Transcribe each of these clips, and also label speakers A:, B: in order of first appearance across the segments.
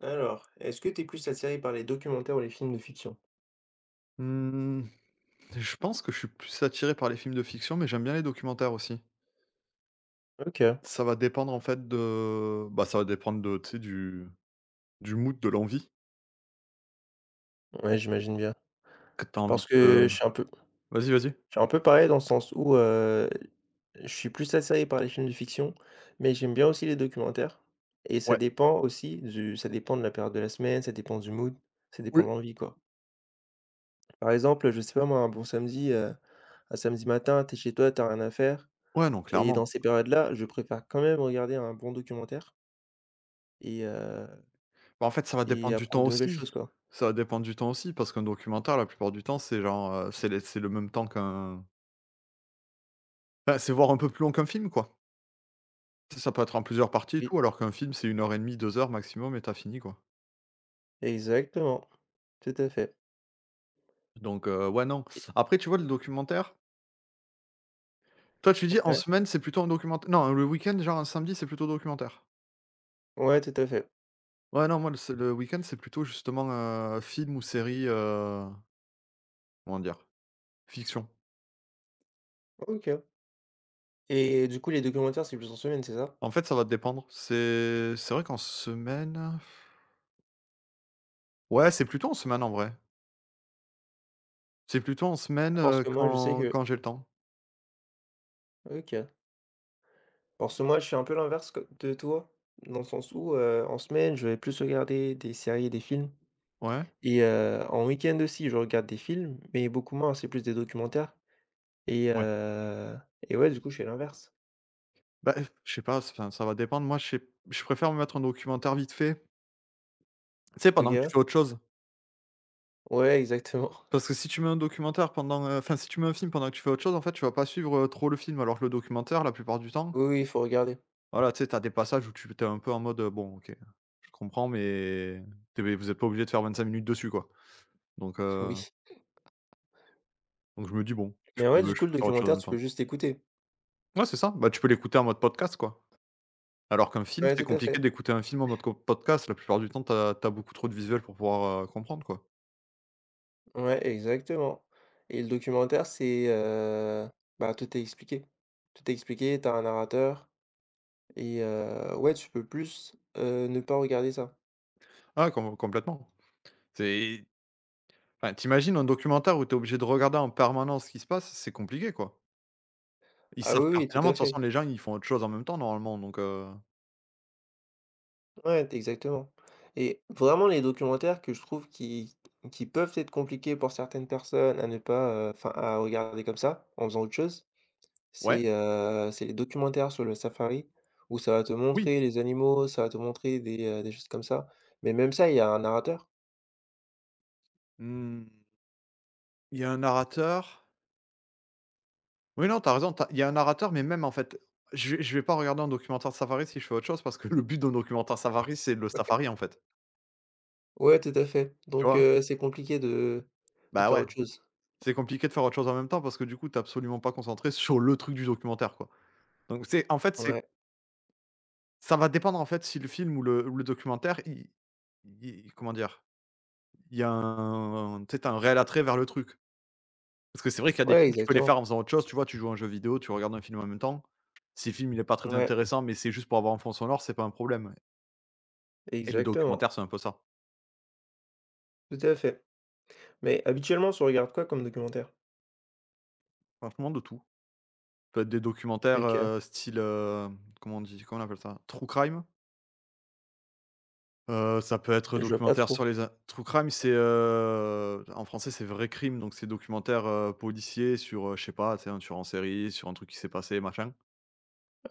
A: Alors, est-ce que t'es plus attiré par les documentaires ou les films de fiction?
B: Mmh, je pense que je suis plus attiré par les films de fiction, mais j'aime bien les documentaires aussi.
A: OK,
B: Ça va dépendre en fait ça va dépendre de tu sais du mood, de l'envie
A: ouais, j'imagine bien.
B: que tu as envie
A: Parce
B: de
A: que je suis un peu
B: vas-y, vas-y.
A: je suis un peu pareil dans le sens où, je suis plus attiré par les films de fiction, mais j'aime bien aussi les documentaires et ça
B: Ouais.
A: dépend aussi du ça dépend de la période de la semaine, ça dépend du mood, ça dépend
B: Oui.
A: de l'envie, quoi. Par exemple, je sais pas moi, un bon samedi, un samedi matin, t'es chez toi, t'as rien à faire
B: Ouais, non,
A: et
B: clairement.
A: dans ces périodes-là, je préfère quand même regarder un bon documentaire et heu
B: Bah, en fait, ça va
A: Et
B: dépendre du
A: apprendre
B: temps
A: de nouvelles
B: aussi.
A: choses, quoi.
B: Ça va dépendre du temps aussi parce qu'un documentaire, la plupart du temps, c'est c'est les c'est le même temps qu'un, c'est voir un peu plus long qu'un film, quoi. Tu Ça peut être en plusieurs parties et
A: Oui,
B: tout, alors qu'un film, c'est une heure et demie, 2 heures maximum et t'as fini, quoi.
A: exactement. Tout à fait.
B: Donc ouais, non.
A: Et
B: Après, tu vois, le documentaire. Toi, tu dis en
A: ouais,
B: semaine, c'est plutôt un documentaire, non? Le week-end, genre un samedi, c'est plutôt documentaire.
A: ouais, tout à fait.
B: Ouais, non, moi, le week-end, c'est plutôt justement, film ou série, comment dire? Fiction.
A: OK. Et du coup, les documentaires, c'est plus en semaine, c'est ça?
B: En fait, ça va dépendre. C'est vrai qu'en semaine ouais, c'est plutôt en semaine, en vrai. C'est plutôt en semaine,
A: Parce que moi, je sais
B: quand
A: que
B: quand j'ai le temps.
A: OK. Parce que moi, je suis un peu l'inverse co de toi, dans le sens où, en semaine, je vais plus regarder des séries et des films
B: Ouais,
A: et en week-end aussi, je regarde des films, mais beaucoup moins, c'est plus des documentaires. Et
B: ouais.
A: heu et ouais, du coup, je fais l'inverse.
B: Bah, je sais pas, enfin, ça va dépendre. Moi, je préfère me mettre un documentaire vite fait, tu sais,
A: OK,
B: pendant que tu
A: ouais.
B: fais autre chose.
A: Ouais, exactement.
B: Parce que si tu mets un documentaire enfin si tu mets un film pendant que tu fais autre chose, en fait, tu vas pas suivre, trop le film. Alors que le documentaire, la plupart du temps,
A: Oui, oui, il faut regarder.
B: voilà, tu sais, t'as des passages où tu t'es un peu en mode, «Bon, OK, je comprends, mais tu vous êtes pas obligé de faire 25 minutes dessus, quoi». Donc
A: Oui.
B: heu, donc je me dis: «Bon,
A: Mais ouais, du
B: je
A: coup, le
B: peux faire autre chose en
A: documentaire,
B: même
A: tu peux
B: temps».
A: juste écouter.
B: Ouais, c'est ça, bah, tu peux l'écouter en mode podcast, quoi. Alors qu'un film,
A: Ouais,
B: c'est
A: tout à
B: compliqué
A: fait.
B: d'écouter un film en mode co podcast. La plupart du temps, t'as as beaucoup trop de visuels pour pouvoir, comprendre, quoi.
A: Ouais, exactement, et le documentaire, c'est, bah, tout est expliqué. Tout est expliqué, tu as un narrateur et ouais, tu peux plus, ne pas regarder ça.
B: Ah, complètement. C'est Enfin, t'imagines un documentaire où t'es obligé de regarder en permanence ce qui se passe, c'est compliqué, quoi. Ils
A: Ah
B: savent
A: oui, oui, tout
B: pertinemment,
A: à
B: de toute
A: fait.
B: façon, les gens, ils font autre chose en même temps normalement,
A: Ouais, exactement, et vraiment les documentaires que je trouve qui peuvent être compliqués pour certaines personnes à ne pas, enfin, à regarder comme ça, en faisant autre chose.
B: ouais,
A: C'est les documentaires sur le safari où ça va te
B: oui,
A: montrer les animaux, ça va te montrer des choses comme ça. Mais même ça, il y a un narrateur.
B: mmh, il y a un narrateur. Oui, non, tu as raison, tu as il y a un narrateur, mais même en fait, je vais pas regarder un documentaire safari si je fais autre chose parce que le but d'un documentaire safari, c'est le
A: OK.
B: safari, en fait,
A: Ouais, tout à fait.
B: tu
A: Donc
B: vois?
A: c'est compliqué de
B: Bah,
A: faire
B: ouais,
A: autre chose.
B: c'est compliqué de faire autre chose en même temps parce que du coup, tu es absolument pas concentré sur le truc du documentaire, quoi. C'est
A: Ouais.
B: ça va dépendre, en fait, si le film ou le documentaire, il comment dire? Il y a un tu sais, tu as un réel attrait vers le truc. Parce que c'est vrai qu'il y a des
A: Ouais,
B: films, tu peux les faire
A: exactement.
B: en faisant autre chose, tu vois? Tu joues à un jeu vidéo, tu regardes un film en même temps. Si le film, il est pas très
A: Ouais,
B: intéressant, mais c'est juste pour avoir un fond sonore, c'est pas un problème ouais. Et le
A: exactement.
B: documentaire, c'est un peu ça.
A: Tout à fait. Mais habituellement, tu regardes quoi comme documentaire?
B: Franchement, de tout. Ça peut être des documentaires,
A: Donc
B: style, comment on dit? Comment on appelle ça? True crime? Ça peut être
A: Je vois pas
B: documentaire
A: trop.
B: sur les in true crime, c'est, en français, c'est vrai crime, donc c'est documentaire, policier sur, je sais pas, tu sais, un tueur en série, sur un truc qui s'est passé, machin.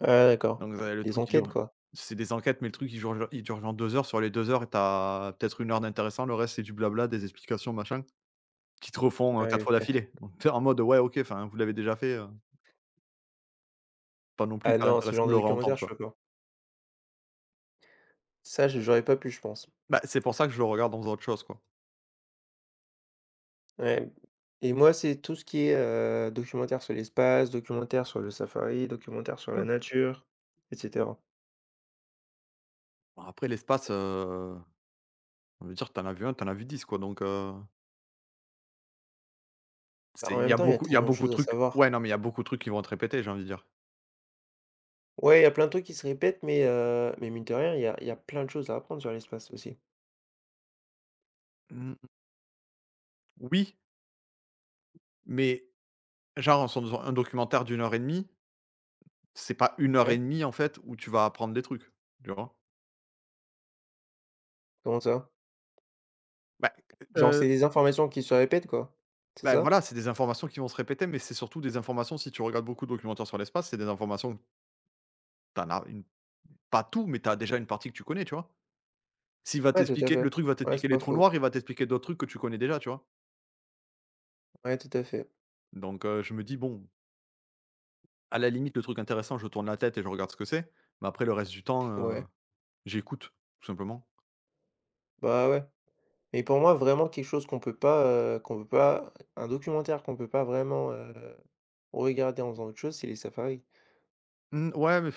A: Ah d'accord,
B: Donc le
A: des
B: truc il
A: enquêtes
B: dure
A: quoi?
B: c'est des enquêtes, mais le truc il dure il dure genre 2 heures. Sur les 2 heures, t'as peut-être une heure d'intéressant, le reste c'est du blabla, des explications, machin, qui te refont,
A: Ah
B: 4
A: oui,
B: fois
A: OK.
B: d'affilée. Donc tu en mode: «Ouais, OK, enfin vous l'avez déjà fait, pas non plus
A: Ah
B: hyper
A: non, ce
B: intéressant
A: genre
B: de
A: de
B: le
A: documentaire,
B: réentendre,
A: je
B: quoi».
A: peux pas. Ça, je j'aurais pas pu, je pense.
B: Bah, c'est pour ça que je le regarde dans faisant autre chose, quoi.
A: Ouais, et moi, c'est tout ce qui est, documentaire sur l'espace, documentaire sur le safari, documentaire sur la
B: Mmh.
A: nature et cetera.
B: Bon après l'espace, on veut dire t'en as vu un, t'en as vu 10 quoi, donc
A: Bah, en
B: c'est il y
A: même
B: a
A: temps, il y a
B: beaucoup il y a
A: tellement de
B: beaucoup de
A: choses à
B: trucs
A: savoir.
B: ouais, non, mais il y a beaucoup de trucs qui vont être répétés, j'ai envie de dire.
A: Ouais, il y a plein de trucs qui se répètent, mais mais mine de rien, il y a plein de choses à apprendre sur l'espace aussi.
B: Mmh, oui, mais genre, sur un documentaire d'une heure et demie. C'est pas une heure et
A: Ouais.
B: demie en fait où tu vas apprendre des trucs, tu vois?
A: Comment ça?
B: Bah,
A: Genre,
B: heu,
A: c'est des informations qui se répètent, quoi? C'est
B: bah,
A: ça?
B: voilà, c'est des informations qui vont se répéter, mais c'est surtout des informations si tu regardes beaucoup de documentaires sur l'espace, c'est des informations que tu en as une pas tout, mais tu as déjà une partie que tu connais, tu vois? S'il va
A: Ouais, tout à
B: t'expliquer
A: fait.
B: le truc va
A: Ouais,
B: t'expliquer
A: c'est
B: les
A: pas
B: trous
A: faux.
B: noirs, il va t'expliquer d'autres trucs que tu connais déjà, tu vois?
A: Ouais, tout à fait.
B: Donc je me dis: «Bon, à la limite, le truc intéressant, je tourne la tête et je regarde ce que c'est», mais après le reste du temps,
A: Ouais.
B: j'écoute, tout simplement.
A: Bah, ouais. Mais pour moi, vraiment quelque chose qu'on peut pas, un documentaire qu'on peut pas vraiment, regarder en faisant autre chose, c'est les safaris.
B: Mmh, ouais, mais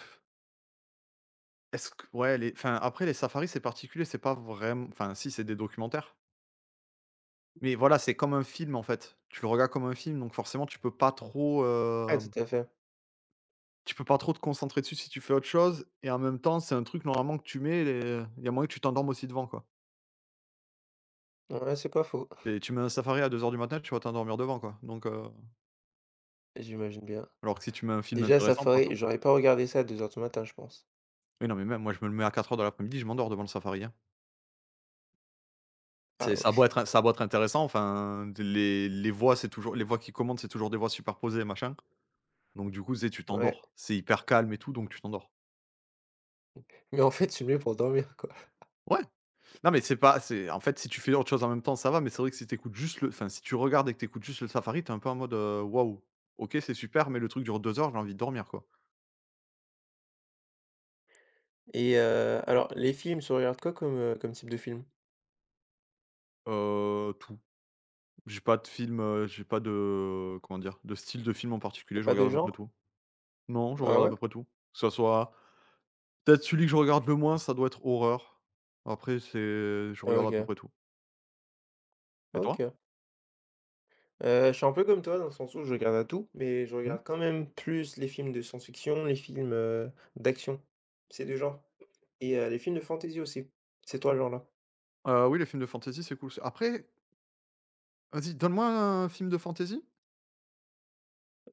B: est-ce que ouais, les enfin, après les safaris, c'est particulier, c'est pas vraim enfin si, c'est des documentaires. Mais voilà, c'est comme un film, en fait. Tu le regardes comme un film, donc forcément, tu peux pas trop,
A: Ouais, tout à fait.
B: tu peux pas trop te concentrer dessus si tu fais autre chose et en même temps, c'est un truc normalement que tu mets et il y a moyen que tu t'endormes aussi devant, quoi.
A: Ouais, c'est pas faux.
B: Et tu mets un Safari à 2 heures du matin, tu vas t'endormir devant, quoi,
A: J'imagine bien.
B: alors que si tu mets un film
A: Déjà,
B: intéressant, par
A: safari,
B: exemple
A: j'aurais pas regardé ça à 2 heures du matin, je pense.
B: oui, non, mais même moi, je me le mets à 4 heures de l'après-midi, je m'endors devant le Safari, hein.
A: Ah
B: C'est
A: ouais.
B: ça a beau être intéressant, enfin, les voix, c'est toujours les voix qui commandent, c'est toujours des voix superposées, machin, donc du coup, tu
A: Ouais.
B: t'endors. C'est hyper calme et tout, donc tu t'endors.
A: Mais en fait, c'est mieux pour dormir, quoi.
B: Ouais! Non, mais c'est pas c'est en fait, si tu fais autre chose en même temps, ça va, mais c'est vrai que si t'écoutes juste le enfin, si tu regardes et que t'écoutes juste le Safari, t'es un peu en mode, «Waouh, OK, c'est super, mais le truc dure 2 heures, j'ai envie de dormir, quoi».
A: Et alors les films, tu regardes quoi comme, comme type de film?
B: Tout. J'ai pas de film, j'ai pas de comment dire? De style de film en
A: T'as
B: particulier, je
A: pas de
B: regarde à peu près
A: genre?
B: tout. Non, je
A: Ah
B: regarde à
A: ouais?
B: peu près tout. Que ça soit peut-être celui que je regarde le moins, ça doit être horreur. Après, c'est je
A: Ah,
B: regarde à peu
A: OK,
B: près tout. Et toi?
A: OK. Je suis un peu comme toi dans le sens où je regarde à tout, mais je
B: Mmh?
A: regarde quand même plus les films de science-fiction, les films, d'action. C'est 2 genres et les films de fantasy aussi. C'est toi le genre là?
B: Oui, les films de fantasy, c'est cool. Après, vas-y, donne-moi un film de fantasy.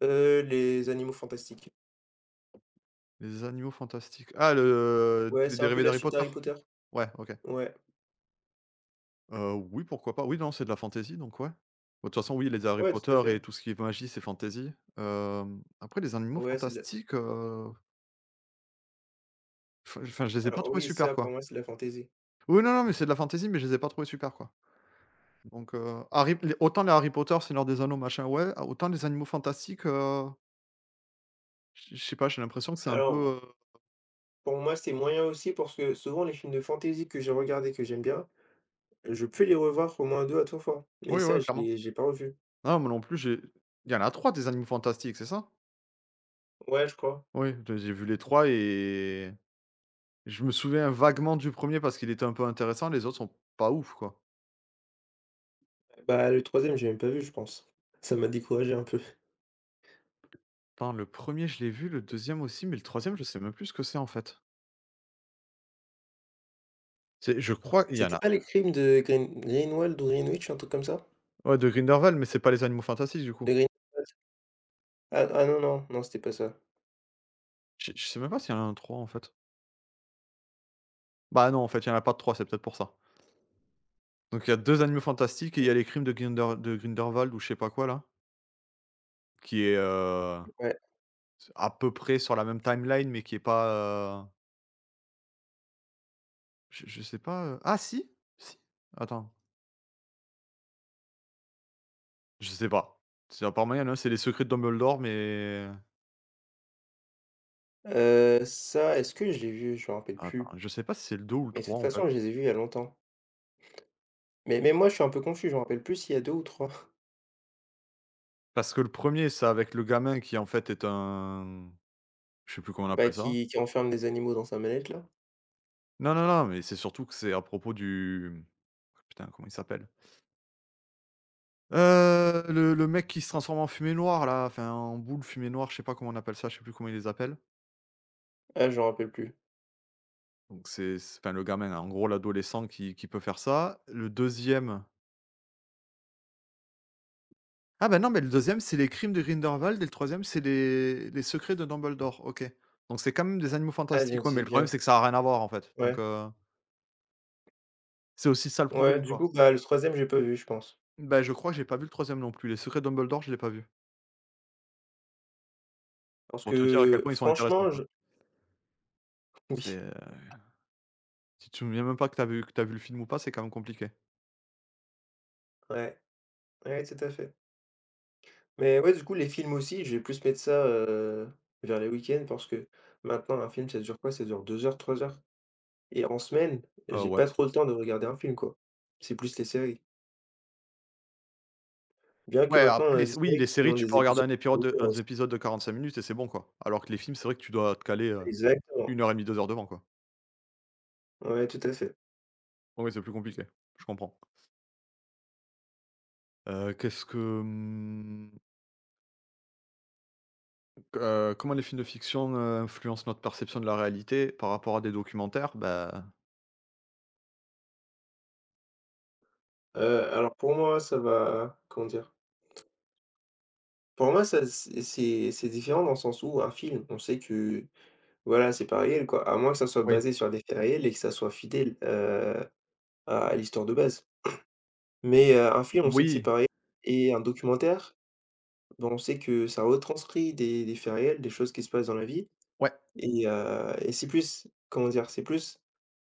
A: Les animaux fantastiques.
B: Les animaux fantastiques. Ah, le
A: Ouais,
B: les
A: c'est un peu
B: dérivés
A: la
B: d'Harry
A: suite
B: Potter?
A: d'Harry Potter.
B: Ouais, OK.
A: Ouais.
B: Oui, pourquoi pas. Oui, non, c'est de la fantasy, donc ouais. Bah, de toute façon, oui, les Harry
A: Ouais, tout à
B: Potter et
A: fait.
B: tout ce qui est magie, c'est fantasy. Après les animaux
A: Ouais, c'est de la
B: fantastiques, enfin, je les ai pas
A: alors
B: trouvés
A: oui,
B: super,
A: ça pour
B: quoi.
A: moi, c'est de la fantasy.
B: Oui, non, non, mais c'est de la fantasy, mais je les ai pas trouvés super, quoi. Donc, Harry les autant les Harry Potter, Seigneur des Anneaux, machin, ouais, ah, autant les animaux fantastiques, je sais pas, j'ai l'impression que c'est un peu,
A: Alors, pour moi, c'est moyen aussi parce que souvent les films de fantasy que j'ai regardés, que j'aime bien, je peux les revoir au moins 2 à 3 fois, mais
B: oui,
A: ça,
B: ouais,
A: je
B: clairement.
A: l'ai j'ai pas revu.
B: Non, moi non plus, j'ai il y en a 3 des animaux fantastiques, c'est ça?
A: Ouais, je crois.
B: Oui, de j'ai vu les 3 et je me souviens vaguement du premier parce qu'il était un peu intéressant, les autres sont pas ouf, quoi.
A: Bah, le troisième j'ai même pas vu, je pense. Ça m'a découragé un peu.
B: Attends, le premier je l'ai vu, le deuxième aussi, mais le troisième je sais même plus ce que c'est, en fait. C'est je crois il y en
A: C'était
B: a
A: pas les crimes de Greenwald ou Greenwich, un truc comme ça?
B: ouais, de Grindelwald, mais c'est pas les Animaux Fantastiques, du coup.
A: De Greenwald? Ah, ah non, non, non, c'était pas ça.
B: Je sais même pas s'il y en a un 3, en fait. Bah, non, en fait, il y en a pas de 3, c'est peut-être pour ça. Donc il y a 2 Animaux Fantastiques et il y a Les Crimes de Grinder de Grindelwald ou je sais pas quoi, là, qui est,
A: Ouais,
B: à peu près sur la même timeline mais qui est pas, je sais pas, ah si, si, attends. Je sais pas. C'est à part moyen, en c'est les secrets de Dumbledore, mais
A: ça, est-ce que je l'ai vu? Je me rappelle plus,
B: Attends, je sais pas si c'est le 2 ou le
A: mais de
B: trois
A: toute
B: en fait.
A: façon, je les ai vus il y a longtemps. Mais moi, je suis un peu confus, je me rappelle plus s'il y a 2 ou trois.
B: Parce que le premier, c'est avec le gamin qui, en fait, est un je sais plus comment on
A: Bah,
B: appelle ça.
A: qui enferme des animaux dans sa manette, là?
B: Non, non, non, mais c'est surtout que c'est à propos du putain, comment il s'appelle? Le mec qui se transforme en fumée noire, là, enfin, en boule fumée noire, je sais pas comment on appelle ça, je sais plus comment ils les appellent.
A: Ah, je me rappelle plus.
B: Donc c'est enfin, le gamin, hein, en gros, l'adolescent qui peut faire ça. Le deuxième. Ah bah non, mais le deuxième c'est Les Crimes de Grindelwald et le troisième c'est Les Secrets de Dumbledore. OK. Donc c'est quand même des animaux
A: Ah, je me
B: fantastiques, ouais, mais
A: disais
B: le problème,
A: bien.
B: c'est que ça a rien à voir, en fait. Donc
A: Ouais.
B: heu, c'est aussi ça le
A: Ouais,
B: problème,
A: du
B: quoi.
A: coup, bah, le troisième j'ai pas vu, je pense.
B: Bah, je crois que j'ai pas vu le troisième non plus. Les Secrets de Dumbledore, je l'ai pas vu.
A: Parce
B: Pour te dire à quel
A: que
B: point ils sont intéressants,
A: franchement,
B: quoi.
A: je oui,
B: C'est, euh, Si tu te souviens même pas que t'as vu le film ou pas, c'est quand même compliqué.
A: ouais, ouais, tout à fait. Mais ouais, du coup, les films aussi, je vais plus mettre ça, vers les week-ends parce que maintenant un film, ça dure quoi? Ça dure 2 heures, 3 heures et en semaine, j'ai
B: Ouais.
A: pas trop le temps de regarder un film, quoi. C'est plus les séries. Bien que
B: Ouais,
A: maintenant, on a des séries
B: les
A: qui
B: séries,
A: ont
B: tu
A: des
B: peux
A: épisodes
B: regarder un épisode de 45 minutes et c'est bon, quoi. Alors que les films, c'est vrai que tu dois te caler,
A: exactement.
B: 1 heure et demie, 2 heures devant, quoi.
A: Ouais, tout à fait.
B: Ouais, c'est plus compliqué. Je comprends. Qu'est-ce que, mmh Comment les films de fiction, influencent notre perception de la réalité par rapport à des documentaires? Bah
A: Alors pour moi, ça va comment dire? Pour moi, ça c'est différent dans le sens où un film, on sait que voilà, c'est pas réel, quoi, à moins que ça soit
B: oui.
A: basé sur des faits réels et que ça soit fidèle, à l'histoire de base. Mais, un film, on sait que c'est
B: Oui,
A: pas réel et un documentaire, ben, on sait que ça retranscrit des faits réels, des choses qui se passent dans la vie
B: ouais,
A: et c'est plus, comment dire? C'est plus,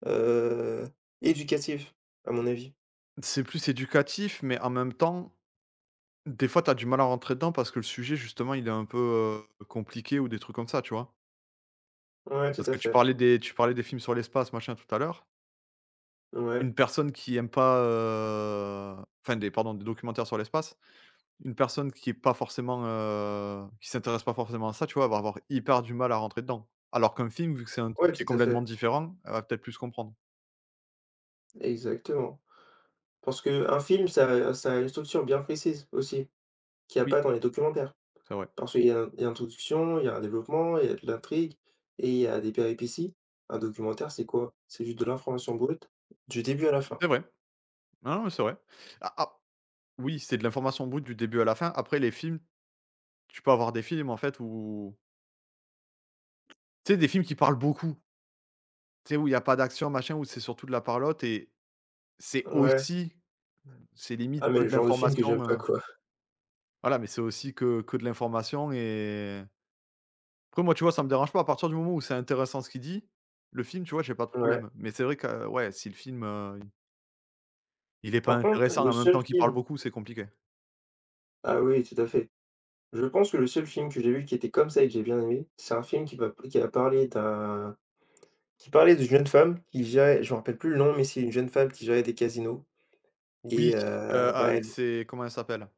A: heu, éducatif, à mon avis.
B: c'est plus éducatif, mais en même temps, des fois, tu as du mal à rentrer dedans parce que le sujet, justement, il est un peu, compliqué ou des trucs comme ça, tu vois?
A: Ouais, tout
B: Parce
A: à
B: que
A: fait.
B: tu parlais des films sur l'espace, machin, tout à l'heure.
A: Ouais.
B: Une personne qui aime pas, enfin, des documentaires sur l'espace. Une personne qui est pas forcément, qui s'intéresse pas forcément à ça, tu vois, elle va avoir hyper du mal à rentrer dedans. Alors qu'un film, vu que c'est un truc
A: Ouais,
B: qui
A: tout
B: est
A: à
B: complètement
A: fait.
B: différent, elle va peut-être plus comprendre.
A: Exactement. Parce que un film, ça a une structure bien précise aussi, qu'il y a
B: Oui.
A: pas dans les documentaires.
B: C'est vrai.
A: Parce qu'il y a une introduction, il y a un développement, il y a de l'intrigue et il y a des péripéties. Un documentaire, c'est quoi? C'est juste de l'information brute, du début à la fin.
B: C'est vrai. Non, non, mais c'est vrai. Ah ah, oui, c'est de l'information brute du début à la fin. Après les films, tu peux avoir des films en fait où tu sais des films qui parlent beaucoup, tu sais où il y a pas d'action machin, où c'est surtout de la parlotte et c'est
A: Ouais.
B: aussi c'est limite
A: Ah mais
B: que
A: le
B: de
A: genre de film que
B: l'information,
A: j'aime pas, quoi.
B: voilà, mais c'est aussi que de l'information et après moi, tu vois, ça me dérange pas à partir du moment où c'est intéressant ce qu'il dit, le film, tu vois, j'ai pas de
A: Ouais.
B: problème. Mais c'est vrai que, ouais, si le film, il est pas
A: Par contre,
B: intéressant
A: le
B: en même
A: seul
B: temps qu'il parle
A: film
B: beaucoup, c'est compliqué.
A: ah oui, tout à fait. Je pense que le seul film que j'ai vu qui était comme ça et que j'ai bien aimé, c'est un film qui a parlé d'un qui parlait d'une jeune femme qui gérait je me rappelle plus le nom, mais c'est une jeune femme qui gérait des casinos
B: Oui,
A: et
B: ah,
A: bah, elle
B: c'est comment elle s'appelle?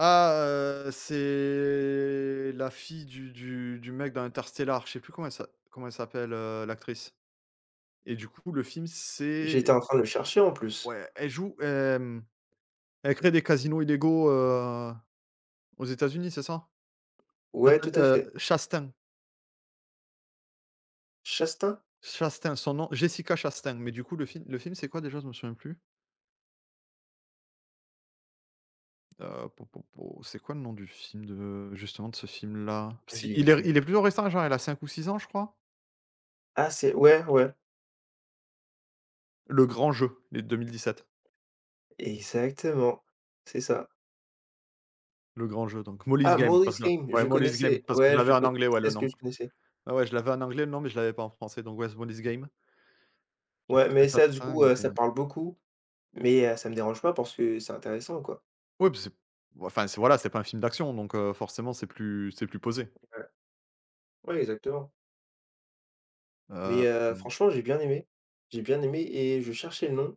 B: Ah, c'est la fille du mec dans Interstellar, je sais plus comment elle s'appelle, l'actrice et du coup, le film, c'est
A: j'étais en train de le chercher en plus.
B: ouais, elle joue, elle crée des casinos illégaux, aux États-Unis, c'est ça?
A: Ouais,
B: Nathan
A: tout à fait.
B: Chastain.
A: Chastain.
B: Chastain, son nom Jessica Chastain, mais du coup le film c'est quoi déjà? Je me souviens plus. Po po po C'est quoi le nom du film de justement de ce film-là? Parce
A: Je
B: qu'il
A: l'ai plus.
B: il est plutôt récent, genre il a 5 ou 6 ans je crois?
A: Ah c'est ouais, ouais,
B: Le Grand Jeu, les 2017.
A: exactement, c'est ça.
B: Le Grand Jeu donc Molly's
A: Ah
B: Game parce
A: Maurice
B: que
A: Game,
B: ouais
A: je
B: Molly's Game
A: connaissais,
B: parce que je
A: ouais, je
B: l'avais en
A: co
B: anglais, ouais
A: c'est
B: le
A: ce que
B: nom.
A: je connaissais.
B: Ah ouais, je l'avais en anglais le nom, mais je l'avais pas en français donc ouais, c'est Molly's Game.
A: Ouais,
B: Jessica
A: mais ça du
B: Chastain
A: coup,
B: et
A: ça parle beaucoup, mais ça me dérange pas parce que c'est intéressant quoi.
B: ouais, puis c'est enfin c'est voilà, c'est pas un film d'action donc forcément c'est plus posé.
A: Ouais, ouais exactement. Mais
B: Hem,
A: franchement j'ai bien aimé et je cherchais le nom.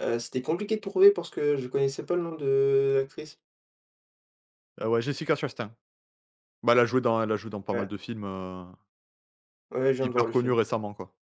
A: C'était compliqué de trouver parce que je connaissais pas le nom de l'actrice.
B: ah ouais, Jessica Chastain. Bah, elle a joué dans pas mal
A: Ouais,
B: de films,
A: ouais, je viens de voir
B: hyper
A: le
B: connu
A: film.
B: récemment, quoi?